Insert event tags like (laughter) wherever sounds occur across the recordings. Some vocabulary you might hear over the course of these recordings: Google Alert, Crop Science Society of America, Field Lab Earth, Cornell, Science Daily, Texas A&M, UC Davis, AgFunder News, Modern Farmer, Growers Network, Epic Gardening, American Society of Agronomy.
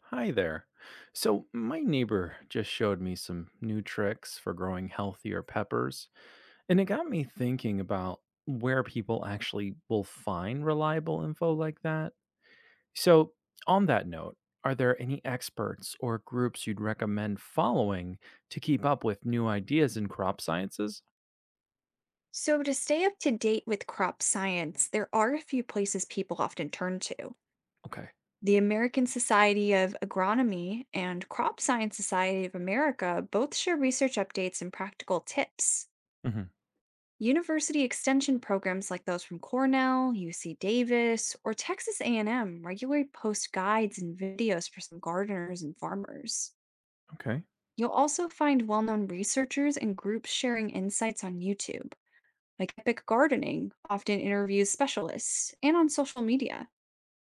Hi there. So, my neighbor just showed me some new tricks for growing healthier peppers, and it got me thinking about where people actually will find reliable info like that. So, on that note, are there any experts or groups you'd recommend following to keep up with new ideas in crop sciences? So, to stay up to date with crop science, there are a few places people often turn to. Okay. The American Society of Agronomy and Crop Science Society of America both share research updates and practical tips. Hmm. University extension programs like those from Cornell, UC Davis, or Texas A&M regularly post guides and videos for some gardeners and farmers. Okay. You'll also find well-known researchers and groups sharing insights on YouTube, like Epic Gardening often interviews specialists, and on social media.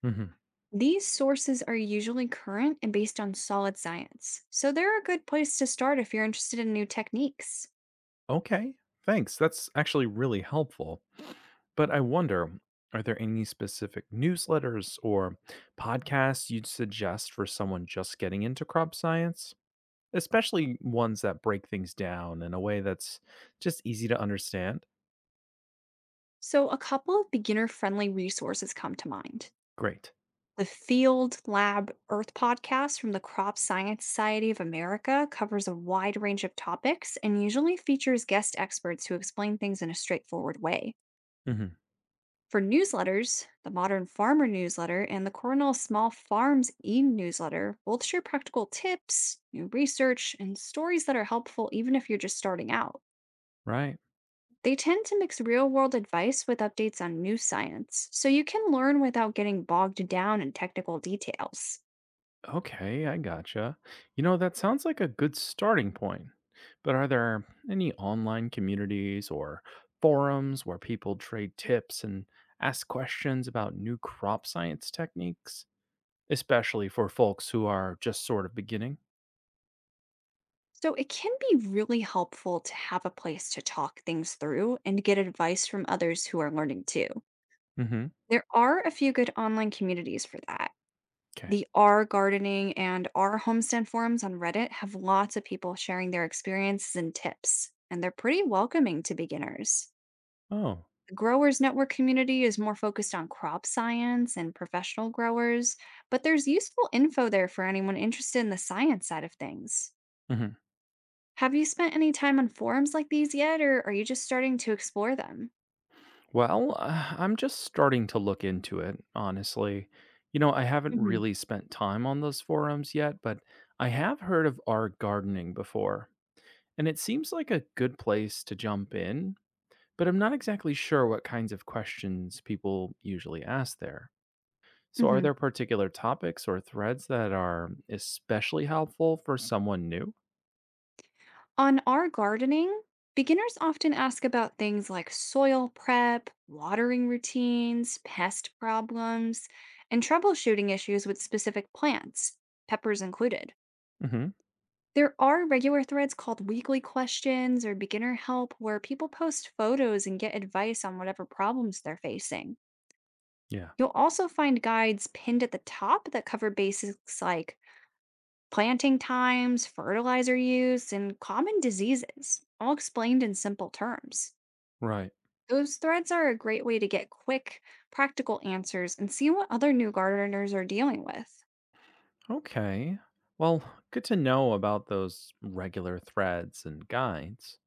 Hmm. These sources are usually current and based on solid science, so they're a good place to start if you're interested in new techniques. Okay. Thanks. That's actually really helpful. But I wonder, are there any specific newsletters or podcasts you'd suggest for someone just getting into crop science? Especially ones that break things down in a way that's just easy to understand? So, a couple of beginner friendly resources come to mind. Great. The Field Lab Earth podcast from the Crop Science Society of America covers a wide range of topics and usually features guest experts who explain things in a straightforward way. Hmm. For newsletters, the Modern Farmer newsletter and the Cornell Small Farms e newsletter both share practical tips, new research, and stories that are helpful even if you're just starting out. Right. They tend to mix real world advice with updates on new science, so you can learn without getting bogged down in technical details. Okay, I gotcha. You know, that sounds like a good starting point. But are there any online communities or forums where people trade tips and ask questions about new crop science techniques? Especially for folks who are just sort of beginning? So it can be really helpful to have a place to talk things through and get advice from others who are learning too. Mm-hmm. There are a few good online communities for that. Okay. The R gardening and R homestead forums on Reddit have lots of people sharing their experiences and tips, and they're pretty welcoming to beginners. Oh. The Growers Network community is more focused on crop science and professional growers, but there's useful info there for anyone interested in the science side of things. Mhm. Have you spent any time on forums like these yet, or are you just starting to explore them? Well, I'm just starting to look into it, honestly. I haven't Mhm. really spent time on those forums yet, but I have heard of R gardening before, and it seems like a good place to jump in, but I'm not exactly sure what kinds of questions people usually ask there. So are Mhm. there particular topics or threads that are especially helpful for someone new? On our gardening, beginners often ask about things like soil prep, watering routines, pest problems, and troubleshooting issues with specific plants, peppers included. Mhm. There are regular threads called weekly questions or beginner help where people post photos and get advice on whatever problems they're facing. Yeah. You'll also find guides pinned at the top that cover basics like planting times, fertilizer use, and common diseases, all explained in simple terms. Right. Those threads are a great way to get quick, practical answers and see what other new gardeners are dealing with. Okay. Well, good to know about those regular threads and guides.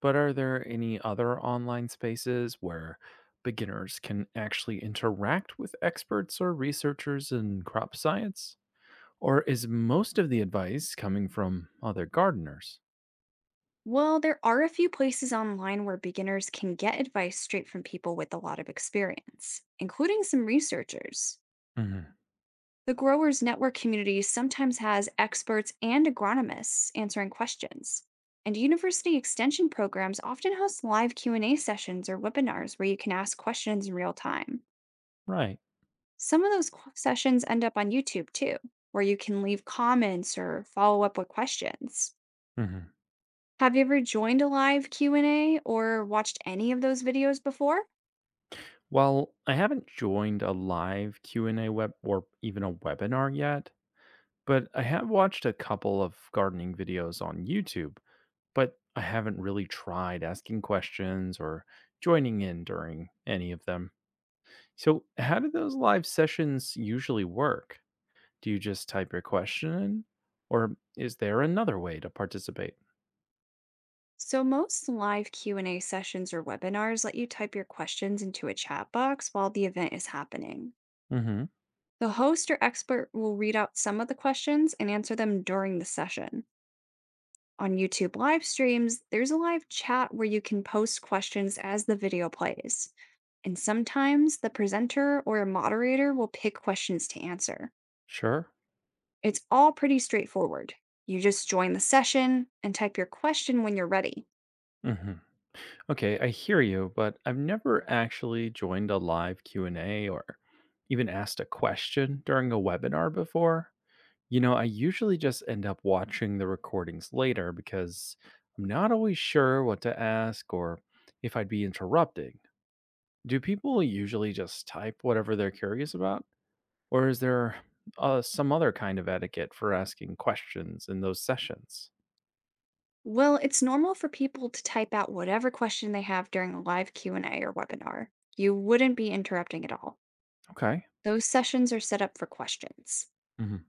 But are there any other online spaces where beginners can actually interact with experts or researchers in crop science? Or is most of the advice coming from other gardeners? Well, there are a few places online where beginners can get advice straight from people with a lot of experience, including some researchers. Hmm. The growers network community sometimes has experts and agronomists answering questions. And university extension programs often host live Q&A sessions or webinars where you can ask questions in real time. Right. Some of those sessions end up on YouTube too, where you can leave comments or follow up with questions. Hmm. Have you ever joined a live Q&A or watched any of those videos before? Well, I haven't joined a live Q&A web or even a webinar yet, but I have watched a couple of gardening videos on YouTube but I haven't really tried asking questions or joining in during any of them. So, how do those live sessions usually work? Do you just type your question in, or is there another way to participate? So most live Q&A sessions or webinars let you type your questions into a chat box while the event is happening. Hmm. The host or expert will read out some of the questions and answer them during the session. On YouTube live streams, there's a live chat where you can post questions as the video plays. And sometimes the presenter or a moderator will pick questions to answer. Sure. It's all pretty straightforward. You just join the session and type your question when you're ready. Hmm. Okay, I hear you, but I've never actually joined a live Q&A or even asked a question during a webinar before. I usually just end up watching the recordings later because I'm not always sure what to ask or if I'd be interrupting. Do people usually just type whatever they're curious about? Or is there some other kind of etiquette for asking questions in those sessions? Well, it's normal for people to type out whatever question they have during a live Q&A or webinar. You wouldn't be interrupting at all. Okay. Those sessions are set up for questions. Hmm.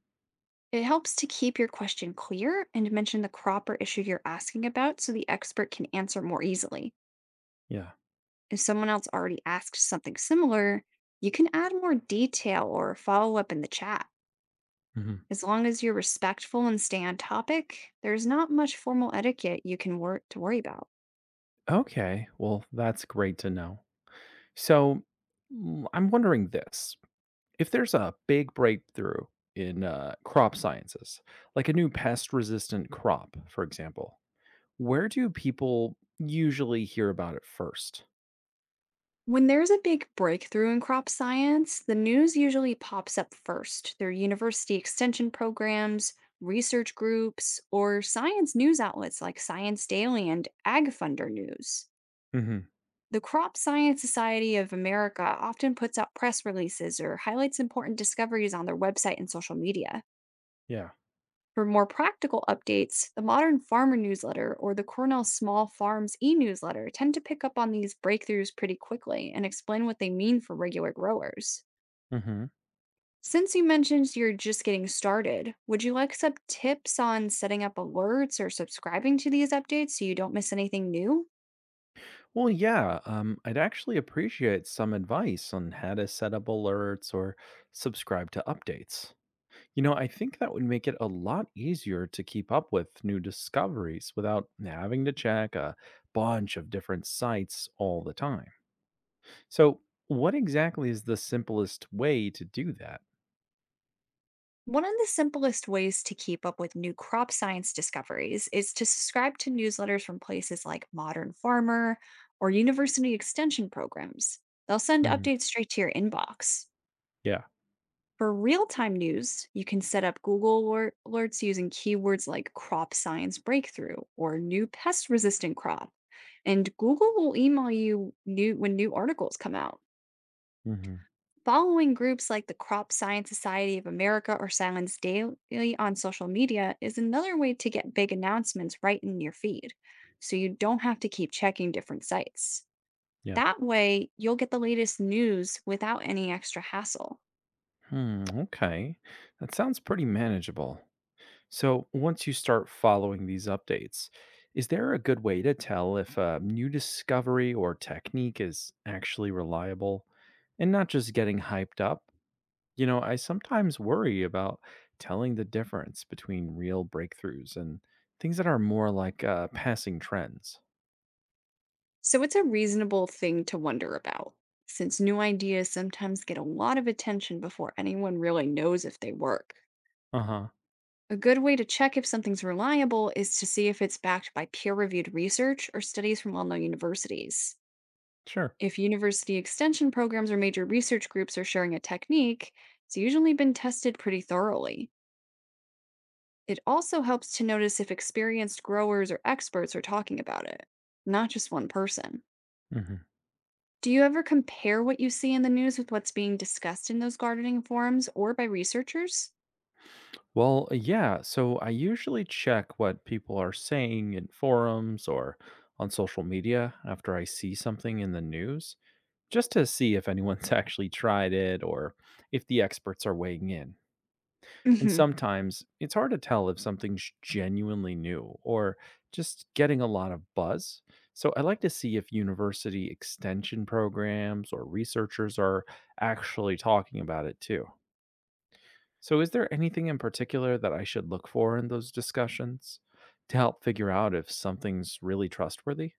It helps to keep your question clear and mention the crop or issue you're asking about so the expert can answer more easily. Yeah. If someone else already asked something similar, you can add more detail or follow up in the chat. Hmm. As long as you're respectful and stay on topic, there's not much formal etiquette you can to worry about. Okay. Well, that's great to know. So I'm wondering this if there's a big breakthrough in crop sciences, like a new pest resistant crop, for example, where do people usually hear about it first? When there's a big breakthrough in crop science, the news usually pops up first through university extension programs, research groups, or science news outlets like Science Daily and AgFunder News. Hmm. The Crop Science Society of America often puts out press releases or highlights important discoveries on their website and social media. Yeah. For more practical updates, the Modern Farmer newsletter or the Cornell Small Farms e newsletter tend to pick up on these breakthroughs pretty quickly and explain what they mean for regular growers. Hmm. Since you mentioned you're just getting started, would you like some tips on setting up alerts or subscribing to these updates so you don't miss anything new? Well, yeah. I'd actually appreciate some advice on how to set up alerts or subscribe to updates. I think that would make it a lot easier to keep up with new discoveries without having to check a bunch of different sites all the time. So, what exactly is the simplest way to do that? One of the simplest ways to keep up with new crop science discoveries is to subscribe to newsletters from places like Modern Farmer or University Extension programs. They'll send Hmm. updates straight to your inbox. Yeah. For real time news, you can set up Google alerts using keywords like crop science breakthrough or new pest resistant crop. And Google will email you new when new articles come out. Hmm. Following groups like the Crop Science Society of America or Silence Daily on social media is another way to get big announcements right in your feed, so you don't have to keep checking different sites. Yeah. That way, you'll get the latest news without any extra hassle. Hmm, okay. That sounds pretty manageable. So, once you start following these updates, is there a good way to tell if a new discovery or technique is actually reliable and not just getting hyped up? I sometimes worry about telling the difference between real breakthroughs and things that are more like passing trends. So it's a reasonable thing to wonder about, since new ideas sometimes get a lot of attention before anyone really knows if they work. Uh huh. A good way to check if something's reliable is to see if it's backed by peer reviewed research or studies from well known universities. Sure. If university extension programs or major research groups are sharing a technique, it's usually been tested pretty thoroughly. It also helps to notice if experienced growers or experts are talking about it, not just one person. Hmm. Do you ever compare what you see in the news with what's being discussed in those gardening forums or by researchers? Well, yeah. So I usually check what people are saying in forums or on social media after I see something in the news, just to see if anyone's (laughs) actually tried it or if the experts are weighing in. And Mhm. sometimes it's hard to tell if something's genuinely new or just getting a lot of buzz. So I like to see if university extension programs or researchers are actually talking about it too. So, is there anything in particular that I should look for in those discussions to help figure out if something's really trustworthy?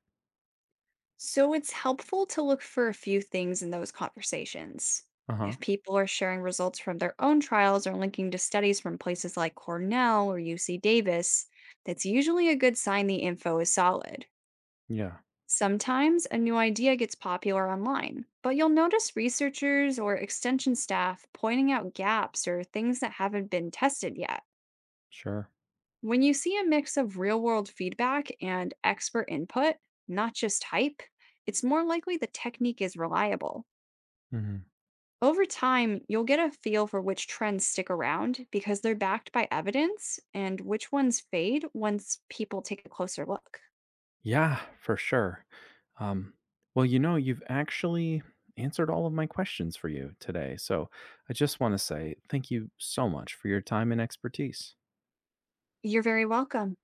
So it's helpful to look for a few things in those conversations. Uh huh. If people are sharing results from their own trials or linking to studies from places like Cornell or UC Davis, that's usually a good sign the info is solid. Yeah, Sometimes a new idea gets popular online, but you'll notice researchers or extension staff pointing out gaps or things that haven't been tested yet. sure. When you see a mix of real world feedback and expert input, not just hype, it's more likely the technique is reliable. Hmm. Over time, you'll get a feel for which trends stick around because they're backed by evidence and which ones fade once people take a closer look. Yeah, for sure. Um, well, you know, you've actually answered all of my questions for you today. So, I just want to say thank you so much for your time and expertise. You're very welcome.